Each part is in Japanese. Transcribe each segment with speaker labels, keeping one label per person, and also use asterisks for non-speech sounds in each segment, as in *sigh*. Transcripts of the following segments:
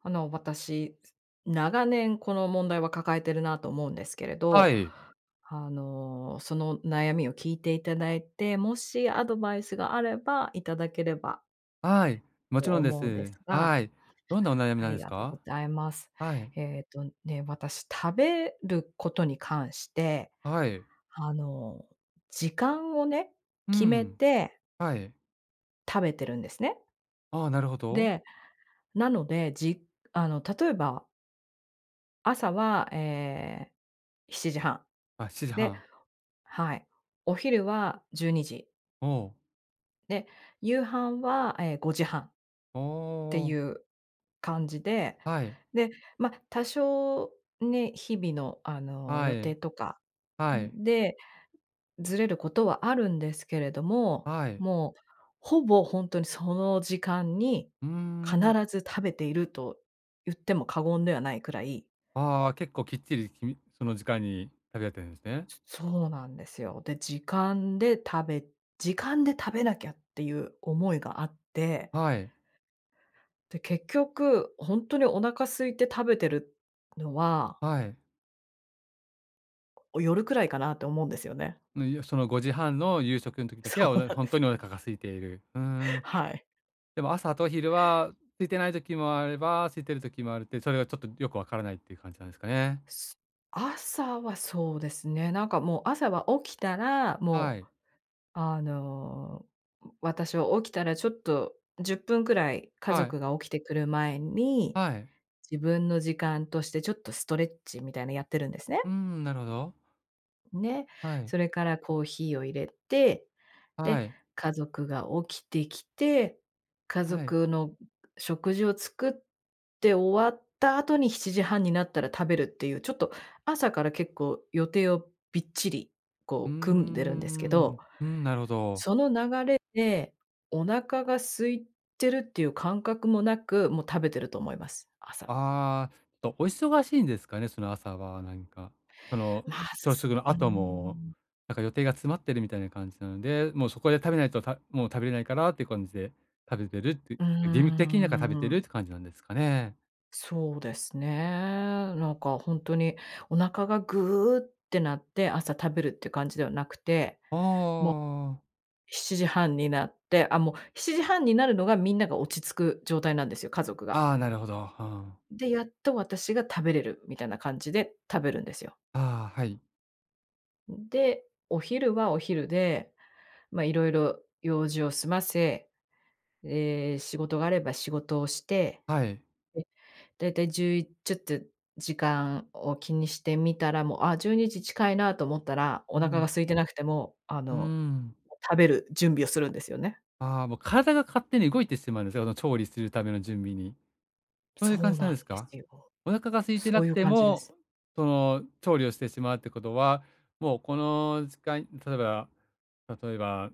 Speaker 1: 私、長年この問題は抱えてるなと思うんですけれ
Speaker 2: は
Speaker 1: ど、
Speaker 2: い。
Speaker 1: その悩みを聞いていただいて、もしアドバイスがあればいただければ
Speaker 2: はい。も
Speaker 1: と
Speaker 2: ちろんで
Speaker 1: 思うんです
Speaker 2: す。
Speaker 1: が、
Speaker 2: はい。どんなお悩み
Speaker 1: あ
Speaker 2: なん
Speaker 1: り
Speaker 2: です
Speaker 1: がとうご
Speaker 2: か？
Speaker 1: ざいます。
Speaker 2: はい。
Speaker 1: 私、食べることに関して、
Speaker 2: はい。
Speaker 1: あの、時間をね、
Speaker 2: う
Speaker 1: 決め
Speaker 2: ん。
Speaker 1: て
Speaker 2: はい。
Speaker 1: 食べてるんですね。
Speaker 2: ああ、なるほど。
Speaker 1: で、なので、じあの、例えば朝は、7時半。
Speaker 2: あ、7時
Speaker 1: で
Speaker 2: 半。
Speaker 1: はい。お昼は12時。
Speaker 2: おお。
Speaker 1: で、夕飯は、5時半っ
Speaker 2: お
Speaker 1: て
Speaker 2: ー、
Speaker 1: いう感じで、
Speaker 2: はい。
Speaker 1: で、まあ、多少ね、日々の、
Speaker 2: は
Speaker 1: 予定
Speaker 2: い。
Speaker 1: とか
Speaker 2: はい。
Speaker 1: で、ずれることはあるんですけれども、
Speaker 2: はい。
Speaker 1: もう、ほぼ本当にその時間に
Speaker 2: うー
Speaker 1: 必
Speaker 2: ん。
Speaker 1: ず食べていると言っても過言ではないくらい。
Speaker 2: ああ、結構きっちり、その時間に食べられてるんですね。
Speaker 1: そうなんですよ。で、時間で食べなきゃっていう思いがあって、
Speaker 2: はい。
Speaker 1: で、結局、ほんとにお腹空いて食べてるのは、
Speaker 2: はい。
Speaker 1: 夜くらいかなって思うんですよね。
Speaker 2: その5時半の夕食の
Speaker 1: *laughs*
Speaker 2: 時だけ
Speaker 1: そ
Speaker 2: は、
Speaker 1: うなん
Speaker 2: ほ
Speaker 1: で
Speaker 2: んと
Speaker 1: す。
Speaker 2: にお腹が空いている。うーん。
Speaker 1: はい。
Speaker 2: でも朝と昼は空いてない時もあれば、空いてる時もあるって、それがちょっとよくわからないっていう感じなんですかね。
Speaker 1: す朝はそうですね、なんかもう朝は起きたら、
Speaker 2: は
Speaker 1: もう、
Speaker 2: い。
Speaker 1: あの、私は起きたらちょっと10分くらい家
Speaker 2: はい。
Speaker 1: 族が起きてくる前に、
Speaker 2: はい。
Speaker 1: 自分の時間としてちょっとストレッチみたいなやってるんですね。
Speaker 2: うーん、なるほど。
Speaker 1: ね、
Speaker 2: はい。
Speaker 1: それからコーヒーを入れて、で、
Speaker 2: はい。
Speaker 1: 家族が起きてきて、家
Speaker 2: はい。
Speaker 1: 族の食事を作って終わった後に7時半になったら食べるっていう、ちょっと朝から結構予定をびっちり、
Speaker 2: うー
Speaker 1: こう組んでるんですけど、
Speaker 2: ん。うん、なるほど。
Speaker 1: その流れでお腹が空いてるっていう感覚もなく、もう食べてると思います、朝。
Speaker 2: ああ、ちょっとお忙しいんですかね、その朝はなんか。その
Speaker 1: まあ、
Speaker 2: 朝食の
Speaker 1: うー
Speaker 2: 後も、
Speaker 1: ん。
Speaker 2: なんか予定が詰まってるみたいな感じなので、もうそこで食べないと、もう食べれないからっていう感じで食べてるって、
Speaker 1: う
Speaker 2: 義務
Speaker 1: ー
Speaker 2: 的になんか食べてるっ
Speaker 1: ん。
Speaker 2: て感じなんですかね。
Speaker 1: そうですね。なんか本当にお腹がぐーってなって朝食べるっていう感じではなくて、
Speaker 2: ああ。
Speaker 1: 7時半になって、あ、もう7時半になるのがみんなが落ち着く状態なんですよ、家族が。
Speaker 2: ああ、なるほど。
Speaker 1: で、やっと私が食べれるみたいな感じで食べるんですよ。
Speaker 2: あああ、はい。
Speaker 1: で、お昼はお昼で、まあ、いろいろ用事を済ませ、仕事があれば仕事をして、
Speaker 2: はい。
Speaker 1: だいたいじゅういちょっと時間を気にしてみたら、もう、あ、12時近いなと思ったら、お
Speaker 2: う
Speaker 1: 腹が
Speaker 2: ん。
Speaker 1: 空いてなくても、
Speaker 2: うーん。
Speaker 1: 食べる準備をするんですよね。
Speaker 2: ああ、もう体が勝手に動いてしまうんですよ、あの、調理するための準備に。そういう感
Speaker 1: そう
Speaker 2: じなん
Speaker 1: な
Speaker 2: で
Speaker 1: んで
Speaker 2: すか？
Speaker 1: すよ。
Speaker 2: お腹が空いて
Speaker 1: そ
Speaker 2: な
Speaker 1: う
Speaker 2: く
Speaker 1: いう
Speaker 2: て
Speaker 1: 感じで
Speaker 2: も、
Speaker 1: す。
Speaker 2: その、調理をしてしまうってことは、もうこの時間例えば例えば、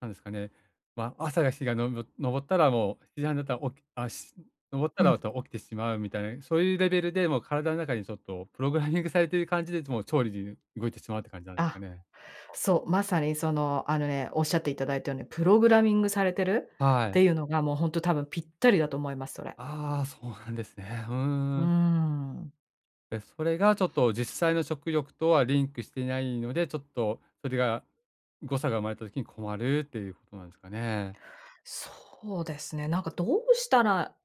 Speaker 2: なんですかね、まあ、朝が日がのぼ昇ったらもう7時半だったら起きあ、し昇った
Speaker 1: う
Speaker 2: ら
Speaker 1: ん。
Speaker 2: また起きてしまうみたいな、そういうレベルでもう体の中にちょっとプログラミングされている感じで、もう調理に動いてしまうって感じなんですか
Speaker 1: あ、
Speaker 2: ね？
Speaker 1: そう、まさにその、おっしゃっていただいたように、プログラミングされてるっ
Speaker 2: はい。
Speaker 1: ていうのが、もうほんと多分ぴったりだと思います、それ。
Speaker 2: ああ、そうなんですね。う
Speaker 1: うー
Speaker 2: ーん。
Speaker 1: ん。
Speaker 2: で、それがちょっと実際の食欲とはリンクしていないので、ちょっとそれが誤差が生まれた時に困るっていうことなんですかね。
Speaker 1: そうですね。なんかどうしたら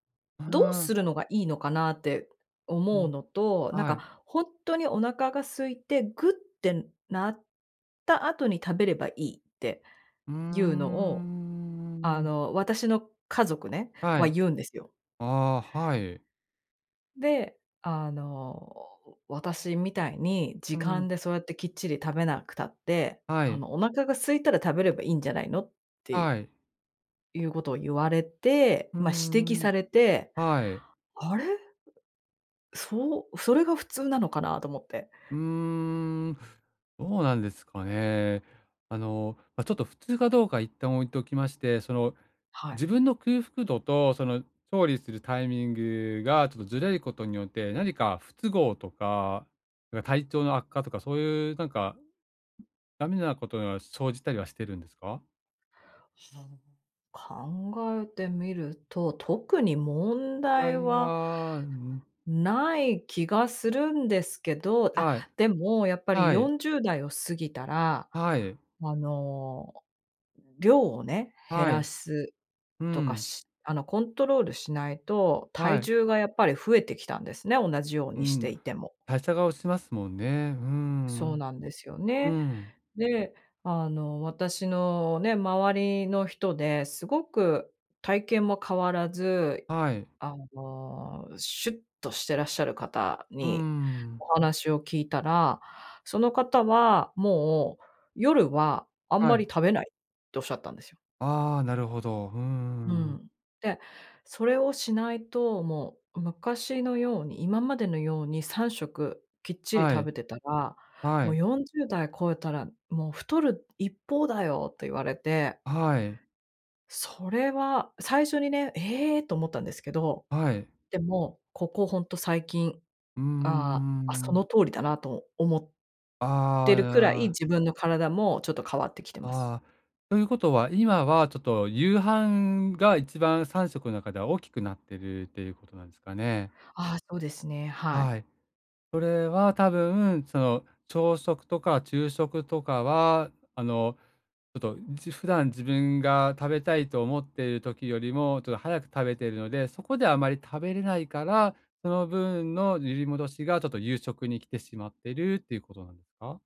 Speaker 2: う
Speaker 1: どう
Speaker 2: ー
Speaker 1: す
Speaker 2: ん、
Speaker 1: るのがいいのかなって
Speaker 2: う
Speaker 1: 思う
Speaker 2: ん、
Speaker 1: のと、なん
Speaker 2: はい。
Speaker 1: か本当にお腹が空いて、グッてなった後に食べればいいって
Speaker 2: うー
Speaker 1: いうのを、
Speaker 2: ん。
Speaker 1: 私の家族ね、
Speaker 2: は
Speaker 1: は
Speaker 2: い。
Speaker 1: 言うんですよ。
Speaker 2: ああ、はい。
Speaker 1: で、私みたいに時
Speaker 2: う
Speaker 1: 間
Speaker 2: ん、
Speaker 1: でそうやってきっちり食べなくたって、
Speaker 2: はい、
Speaker 1: お腹が空いたら食べればいいんじゃないのって
Speaker 2: はい。
Speaker 1: いうことを言われて、
Speaker 2: うー
Speaker 1: ま、指摘
Speaker 2: ん、
Speaker 1: されて、
Speaker 2: はい。
Speaker 1: あれ？そう、それが普通なのかなと思って。
Speaker 2: うーん、どうなんですかね。あの、まあ、ちょっと普通かどうか一旦置いておきまして、その、
Speaker 1: はい。
Speaker 2: 自分の空腹度と、その、調理するタイミングがちょっとずれることによって、何か不都合とか、なんか体調の悪化とか、そういうなんかダメなことが生じたりはしてるんですか？
Speaker 1: 考えてみると、特に問
Speaker 2: 場合
Speaker 1: 題は
Speaker 2: は、うん、
Speaker 1: ない気がするんですけど、あ、
Speaker 2: はい、
Speaker 1: でもやっぱり
Speaker 2: はい、
Speaker 1: 40代を過ぎたら、
Speaker 2: はい、
Speaker 1: あの、量をね、減
Speaker 2: は
Speaker 1: ら
Speaker 2: い、
Speaker 1: す
Speaker 2: う
Speaker 1: とか、
Speaker 2: ん、
Speaker 1: しあの、コントロールしないと、
Speaker 2: は
Speaker 1: 体
Speaker 2: い、
Speaker 1: 重がやっぱり増えてきたんですね、同じよう
Speaker 2: う
Speaker 1: にして
Speaker 2: ん、
Speaker 1: いても。
Speaker 2: 代謝が落ちますもんね。うー
Speaker 1: そう
Speaker 2: ん、
Speaker 1: なんですよ
Speaker 2: う
Speaker 1: ね。
Speaker 2: ん、
Speaker 1: で、私のね、周りの人ですごく体型も変わらず、
Speaker 2: はい。
Speaker 1: シュッとしてらっしゃる方
Speaker 2: うー
Speaker 1: に
Speaker 2: ん、
Speaker 1: お話を聞いたら、その方はもう夜はあん
Speaker 2: は
Speaker 1: まり
Speaker 2: い。
Speaker 1: 食べないっておっしゃったんですよ。
Speaker 2: ああ、なるほど。うー
Speaker 1: う
Speaker 2: ん。
Speaker 1: ん。で、それをしないと、もう昔のように、今までのように3食きっちり
Speaker 2: は
Speaker 1: 食
Speaker 2: い、
Speaker 1: べてたら、
Speaker 2: は
Speaker 1: もう
Speaker 2: い、
Speaker 1: 40代超えたら、もう「太る一方だよ」って言われて、
Speaker 2: はい、
Speaker 1: それは最初にね、「ええ！」と思ったんですけど、
Speaker 2: はい。
Speaker 1: でも、ここほんと最近、
Speaker 2: うー
Speaker 1: ああ、あ、そ
Speaker 2: ん。
Speaker 1: の通りだなと思ってるくらい、
Speaker 2: あ
Speaker 1: 自分の体もちょっと変わってきてます。
Speaker 2: あ、ああ。ということは、今はちょっと夕飯が一番3食の中では大きくなってるっていうことなんですかね。
Speaker 1: ああ、そうですね、はい。
Speaker 2: はい。それは多分、その朝食とか昼食とかは、あのちょっと、普段自分が食べたいと思っている時よりも、ちょっと早く食べているので、そこであまり食べれないから、その分の揺り戻しがちょっと夕食に来てしまってるっていうことなんですか？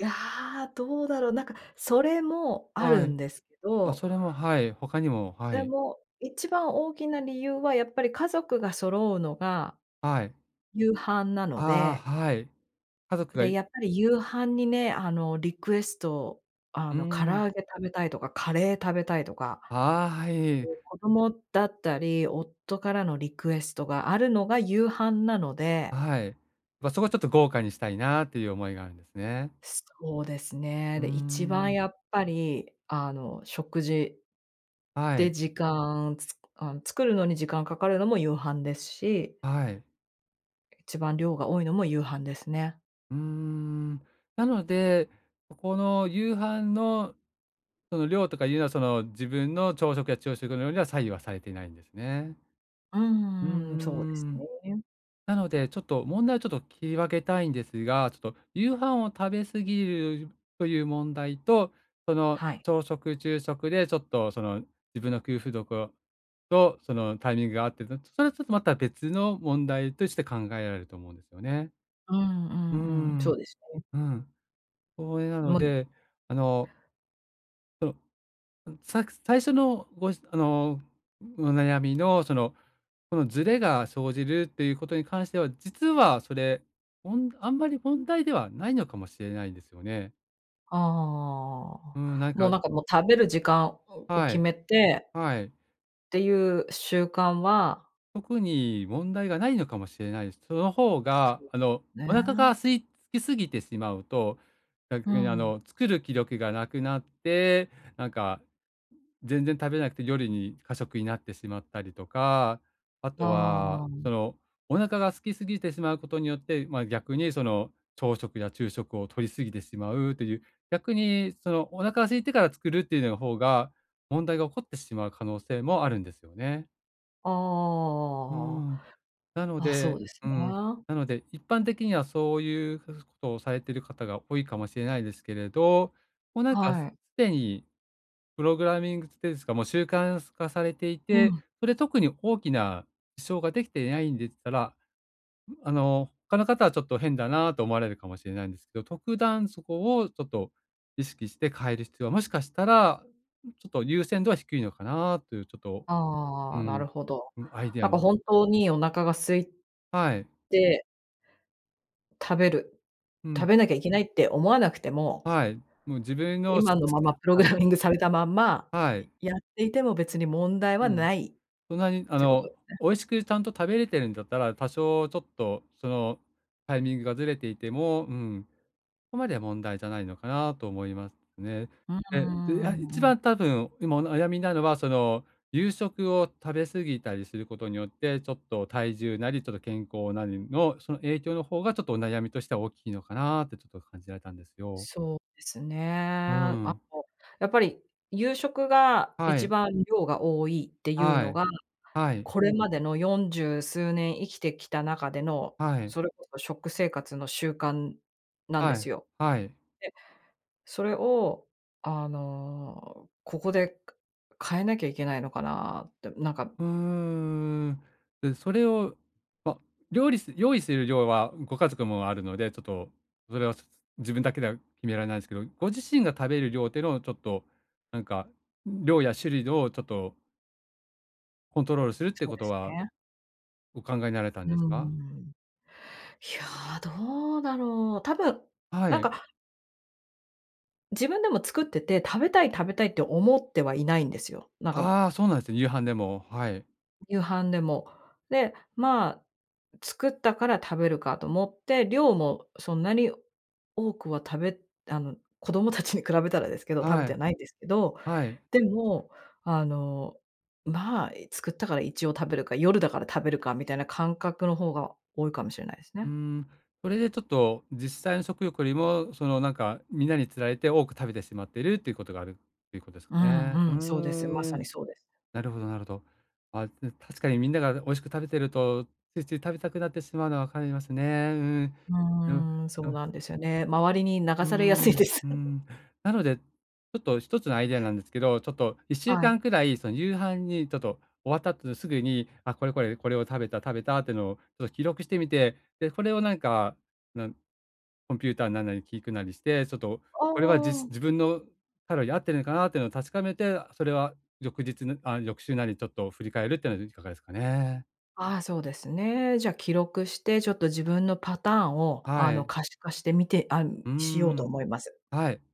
Speaker 1: いや、どうだろう、なんか、それもあ
Speaker 2: は
Speaker 1: る
Speaker 2: い。
Speaker 1: んですけ
Speaker 2: あ、
Speaker 1: ど、
Speaker 2: それも、はい、他にも、は
Speaker 1: で
Speaker 2: い。
Speaker 1: も、一番大きな理由はやっぱり家族が揃うのが
Speaker 2: はい。
Speaker 1: 夕飯なの
Speaker 2: ああ、
Speaker 1: で、
Speaker 2: はい。家族が
Speaker 1: で、やっぱり夕飯にね、リクエスト、
Speaker 2: うー
Speaker 1: 唐
Speaker 2: ん。
Speaker 1: 揚げ食べたいとか、カレー食べたいとか、
Speaker 2: ああ、は
Speaker 1: そう
Speaker 2: い。
Speaker 1: いう子供だったり、夫からのリクエストがあるのが夕飯なので、
Speaker 2: はい。ま、そこはちょっと豪華にしたいなっていう思いがあるんですね。
Speaker 1: そうですね。
Speaker 2: うー
Speaker 1: で、一番
Speaker 2: ん。
Speaker 1: やっぱり、食事
Speaker 2: は
Speaker 1: で、
Speaker 2: い、
Speaker 1: 時間つあの、作るのに時間かかるのも夕飯ですし、
Speaker 2: はい。
Speaker 1: 一番量が多いのも夕飯ですね。
Speaker 2: うーん。なので、ここの夕飯のその量とかいうのは、その自分の朝食や昼食の量には左右はされていないんですね。
Speaker 1: う
Speaker 2: うー
Speaker 1: んうん、そうです
Speaker 2: ん。
Speaker 1: ね。
Speaker 2: なので、ちょっと問題をちょっと切り分けたいんですが、ちょっと夕飯を食べ過ぎるという問題と、その
Speaker 1: はい。
Speaker 2: 朝食、昼食でちょっとその自分の空腹度とそのタイミングが合ってるの、それはちょっとまた別の問題として考えられると思うんですよね。
Speaker 1: うんう
Speaker 2: うー
Speaker 1: んうん、そ
Speaker 2: ん。
Speaker 1: うですね。
Speaker 2: うん。それなの
Speaker 1: もう
Speaker 2: で、あの、最初のあの、お悩みの、その、このズレが生じるっていうことに関しては、実はそれ、あんまり問題ではないのかもしれないんですよね。
Speaker 1: ああ、
Speaker 2: うん、なん
Speaker 1: もう
Speaker 2: か
Speaker 1: なんか、もう食べる時間を
Speaker 2: は
Speaker 1: 決
Speaker 2: い、
Speaker 1: めて
Speaker 2: はい。
Speaker 1: っていう習慣は
Speaker 2: 特に問題がないのかもしれないです。その方が、
Speaker 1: そう
Speaker 2: あ
Speaker 1: です
Speaker 2: の、
Speaker 1: ね。
Speaker 2: お腹が空いきすぎてしまうと、
Speaker 1: う
Speaker 2: 逆にあ
Speaker 1: ん。
Speaker 2: の、作る気力がなくなって、なんか、全然食べなくて夜に過食になってしまったりとか、あとは、
Speaker 1: あ
Speaker 2: その、お腹が空きすぎてしまうことによって、まあ、逆にその、朝食や昼食を取りすぎてしまうという、逆にその、お腹が空いてから作るっていうの方が、問題が起こってしまう可能性もあるんですよね。
Speaker 1: あ、
Speaker 2: う
Speaker 1: あ
Speaker 2: ん。なの
Speaker 1: あ、あ、そう
Speaker 2: で
Speaker 1: です
Speaker 2: う
Speaker 1: ね。
Speaker 2: ん、なので、一般的にはそういうことをされている方が多いかもしれないですけれど、もうなんかす
Speaker 1: はい。
Speaker 2: でにプログラミングっていうんですか、もう習慣化されてい
Speaker 1: う
Speaker 2: て、
Speaker 1: ん。
Speaker 2: それ特に大きな支障ができていないんでったら、あの、他の方はちょっと変だなと思われるかもしれないんですけど、特段そこをちょっと意識して変える必要は、もしかしたら、ちょっと優先度は低いのかなというちょっと、う
Speaker 1: ああ、なる
Speaker 2: ん、
Speaker 1: ほど。
Speaker 2: うん、アイデア
Speaker 1: なんか
Speaker 2: も
Speaker 1: 本当にお腹が空い
Speaker 2: はい。
Speaker 1: で、食べる。
Speaker 2: うん、
Speaker 1: 食べなきゃいけないって思わなくても、
Speaker 2: はい。もう自分の好
Speaker 1: 今のま
Speaker 2: き
Speaker 1: ま
Speaker 2: な
Speaker 1: プログ
Speaker 2: はい
Speaker 1: ラミングされたまんま、
Speaker 2: はい。
Speaker 1: いやっていても別に問題は
Speaker 2: うん。
Speaker 1: ないっ
Speaker 2: そんなにあ
Speaker 1: てこと。
Speaker 2: の、美味しくちゃんと食べれてるんだったら、多少ちょっとそのタイミングがずれていても、うん、そこまでは問題じゃないのかなと思いますね。
Speaker 1: うん
Speaker 2: え、で、
Speaker 1: うんう
Speaker 2: 一
Speaker 1: んうん、
Speaker 2: 番多分、今お悩みなのは、その、夕食を食べ過ぎたりすることによって、ちょっと体重なり、ちょっと健康なりの、その影響の方がちょっとお悩みとしては大きいのかなってちょっと感じられたんですよ。
Speaker 1: そうですね。
Speaker 2: うん。
Speaker 1: の、やっぱり夕食が
Speaker 2: は
Speaker 1: 一
Speaker 2: い。
Speaker 1: 番量が多いっていう
Speaker 2: は
Speaker 1: の
Speaker 2: い。
Speaker 1: が、
Speaker 2: はい。
Speaker 1: これまでの40数年生きてきた中での、
Speaker 2: はい、
Speaker 1: それこそ食生活の習慣なんで
Speaker 2: はい、
Speaker 1: すよ。で、
Speaker 2: はい。
Speaker 1: それを、ここで変えなきゃいけないのかなって、なんか
Speaker 2: うーん。で、それを、ま、料理す用意する量はご家族もあるので、ちょっと、それは、自分だけでは決められないんですけど、ご自身が食べる量っていうのをちょっと、なんか、量や種類をちょっとコントロールするって
Speaker 1: そう
Speaker 2: こ
Speaker 1: で
Speaker 2: と
Speaker 1: す
Speaker 2: は
Speaker 1: ね。
Speaker 2: お考えになられたん
Speaker 1: う
Speaker 2: ですか？
Speaker 1: ん。いや、どうだろう。多分、
Speaker 2: は
Speaker 1: なん
Speaker 2: い。
Speaker 1: か自分でも作ってて、食べたい食べたいって思ってはいないんですよ。なんか
Speaker 2: ああ、そうなんですね、夕飯でも。はい。
Speaker 1: 夕飯でも。で、まあ、作ったから食べるかと思って、量もそんなに多くは食べあの、子供たちに比べたらですけど、食べ
Speaker 2: は
Speaker 1: ては
Speaker 2: い、
Speaker 1: ないんですけど、
Speaker 2: はい。
Speaker 1: でも、あの、まあ、作ったから一応食べるか、夜だから食べるかみたいな感覚の方が多いかもしれないです
Speaker 2: うー
Speaker 1: ね。
Speaker 2: ん、それでちょっと実際の食欲よりも、そのなんか、みんなにつられて多く食べてしまっているっていうことがあるっていうことですか
Speaker 1: う
Speaker 2: ね。う
Speaker 1: ん
Speaker 2: ー
Speaker 1: うん、そうです。まさに
Speaker 2: ん、
Speaker 1: そうです。
Speaker 2: なるほどなるほど。あ、で、確かにみんなが美味しく食べてると、ついつい食べたくなってしまうのはわかりますね。うん。
Speaker 1: う
Speaker 2: うん。
Speaker 1: ーん、そうなんですよね。周りに流
Speaker 2: うー
Speaker 1: されやすい
Speaker 2: ん、
Speaker 1: で
Speaker 2: う
Speaker 1: す。
Speaker 2: ー
Speaker 1: *laughs*
Speaker 2: ん。なので、ちょっと一つのアイデアなんですけど、ちょっと1週
Speaker 1: はい。
Speaker 2: 間くらい、その夕飯にちょっと終わった後すぐに、あ、これこれ、これを食べたっていうのをちょっと記録してみて、で、これをなんか、なんコンピューターなんなりに聞くなりして、ちょっと
Speaker 1: あ
Speaker 2: これは
Speaker 1: あ。
Speaker 2: 自分のカロリー合ってるのかなっていうのを確かめて、それは翌日なあ、翌週なりちょっと振り返るっていうのはいかがですかね。
Speaker 1: ああ、そうですね。じゃあ記録して、ちょっと自分のパターンを、
Speaker 2: はい。
Speaker 1: 可視化してみて
Speaker 2: うー
Speaker 1: しようと
Speaker 2: ん。
Speaker 1: 思います。
Speaker 2: はい。ぜ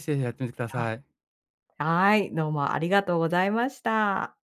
Speaker 2: ひぜひやってみてくだ
Speaker 1: はい。
Speaker 2: さい。
Speaker 1: はい、どうもありがとうございました。